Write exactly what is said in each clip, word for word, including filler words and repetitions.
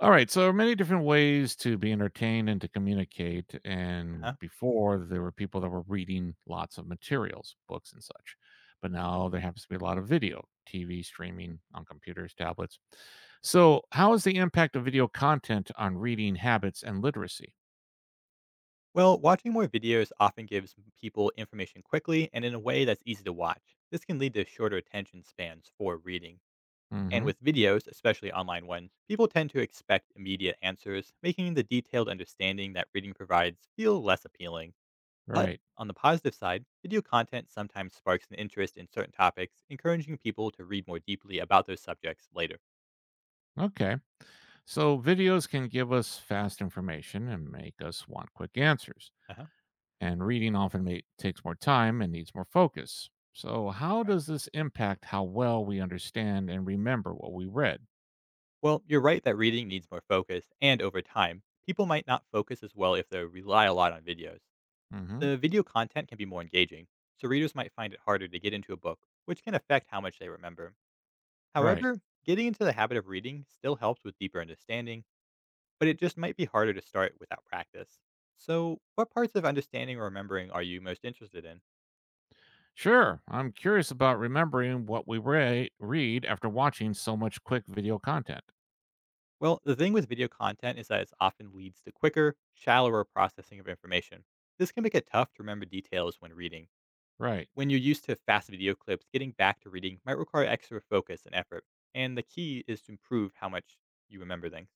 All right, so many different ways to be entertained and to communicate. And Huh? before, there were people that were reading lots of materials, books and such. But now there happens to be a lot of video, T V streaming on computers, tablets. So, how is the impact of video content on reading habits and literacy? Well, watching more videos often gives m- people information quickly and in a way that's easy to watch. This can lead to shorter attention spans for reading. And Hmm. with videos, especially online ones, people tend to expect immediate answers, making the detailed understanding that reading provides feel less appealing. But Right. on the positive side, video content sometimes sparks an interest in certain topics, encouraging people to read more deeply about those subjects later. Okay. So, videos can give us fast information and make us want quick answers. Uh-huh. And reading often may, takes more time and needs more focus. So, how does this impact how well we understand and remember what we read? Well, you're right that reading needs more focus, and over time, people might not focus as well if they rely a lot on videos. Hmm. The video content can be more engaging, so readers might find it harder to get into a book, which can affect how much they remember. Right. However, getting into the habit of reading still helps with deeper understanding, but it just might be harder to start without practice. So, what parts of understanding or remembering are you most interested in? Sure. I'm curious about remembering what we re- read after watching so much quick video content. Well, the thing with video content is that it often leads to quicker, shallower processing of information. This can make it tough to remember details when reading. Right. When you're used to fast video clips, getting back to reading might require extra focus and effort, and the key is to improve how much you remember things.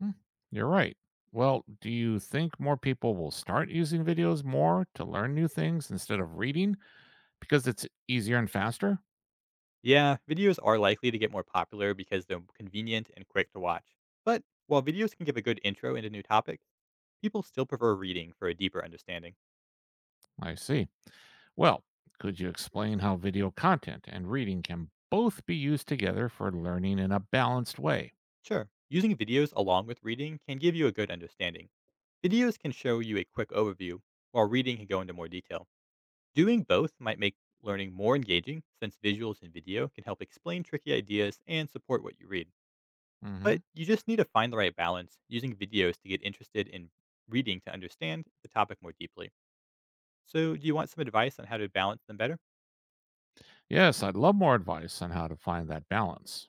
Hmm. You're right. Well, do you think more people will start using videos more to learn new things instead of reading because it's easier and faster? Yeah, videos are likely to get more popular because they're convenient and quick to watch. But while videos can give a good intro into new topics, people still prefer reading for a deeper understanding. I see. Well, could you explain how video content and reading can both be used together for learning in a balanced way? Sure, using videos along with reading can give you a good understanding. Videos can show you a quick overview, while reading can go into more detail. Doing both might make learning more engaging since visuals and video can help explain tricky ideas and support what you read. Hmm. But you just need to find the right balance using videos to get interested in reading to understand the topic more deeply. So, do you want some advice on how to balance them better? Yes, I'd love more advice on how to find that balance.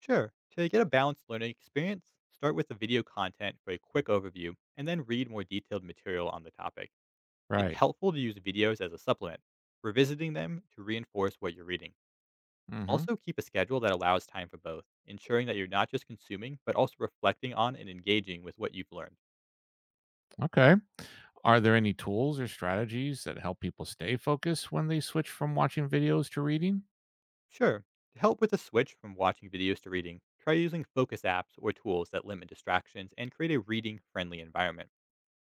Sure. To get a balanced learning experience, start with the video content for a quick overview and then read more detailed material on the topic. It's Right. helpful to use videos as a supplement, revisiting them to reinforce what you're reading. Hmm. Also, keep a schedule that allows time for both, ensuring that you're not just consuming, but also reflecting on and engaging with what you've learned. Okay. Are there any tools or strategies that help people stay focused when they switch from watching videos to reading? Sure, to help with the switch from watching videos to reading, try using focus apps or tools that limit distractions and create a reading friendly environment.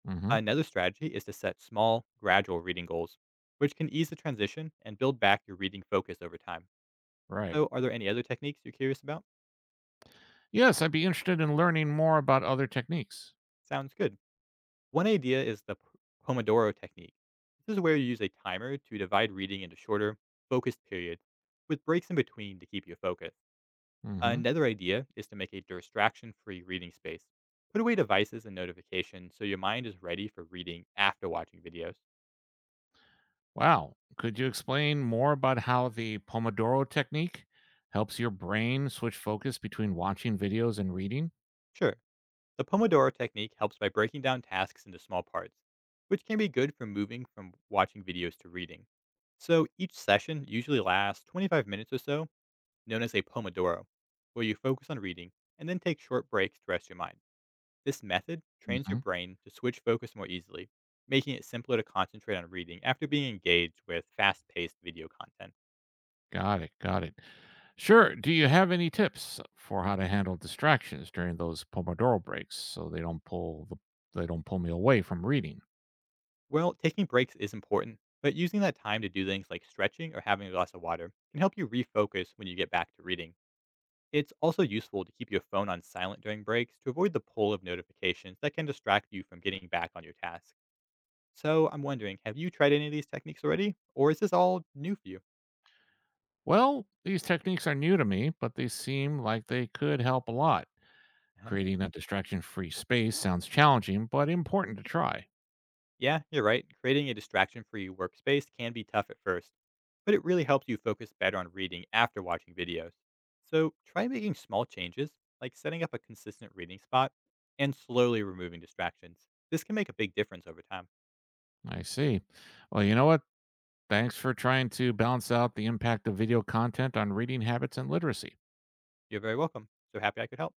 Hmm. Another strategy is to set small, gradual reading goals, which can ease the transition and build back your reading focus over time. Right. So, are there any other techniques you're curious about? Yes, I'd be interested in learning more about other techniques. Sounds good. One idea is the p- Pomodoro technique. This is where you use a timer to divide reading into shorter, focused periods with breaks in between to keep you focused. Hmm. Another idea is to make a distraction free reading space. Put away devices and notifications so your mind is ready for reading after watching videos. Wow. Could you explain more about how the Pomodoro technique helps your brain switch focus between watching videos and reading? Sure, the Pomodoro technique helps by breaking down tasks into small parts, which can be good for moving from watching videos to reading. So each session usually lasts twenty-five minutes or so known as a Pomodoro, where you focus on reading and then take short breaks to rest your mind. This method trains your Hmm. brain to switch focus more easily, making it simpler to concentrate on reading after being engaged with fast paced video content. Got it. Got it. Sure. Do you have any tips for how to handle distractions during those Pomodoro breaks so they don't pull the, they don't pull me away from reading? Well, taking breaks is important, but using that time to do things like stretching or having a glass of water can help you refocus when you get back to reading. It's also useful to keep your phone on silent during breaks to avoid the pull of notifications that can distract you from getting back on your task. So I'm wondering, have you tried any of these techniques already, or is this all new for you? Well, these techniques are new to me, but they seem like they could help a lot. Uh-huh. Creating a distraction-free space sounds challenging, but important to try. Yeah, you're right. Creating a distraction free workspace can be tough at first, but it really helps you focus better on reading after watching videos. So try making small changes, like setting up a consistent reading spot and slowly removing distractions. This can make a big difference over time. I see. Well, you know what? Thanks for trying to balance out the impact of video content on reading habits and literacy. You're very welcome. So happy I could help.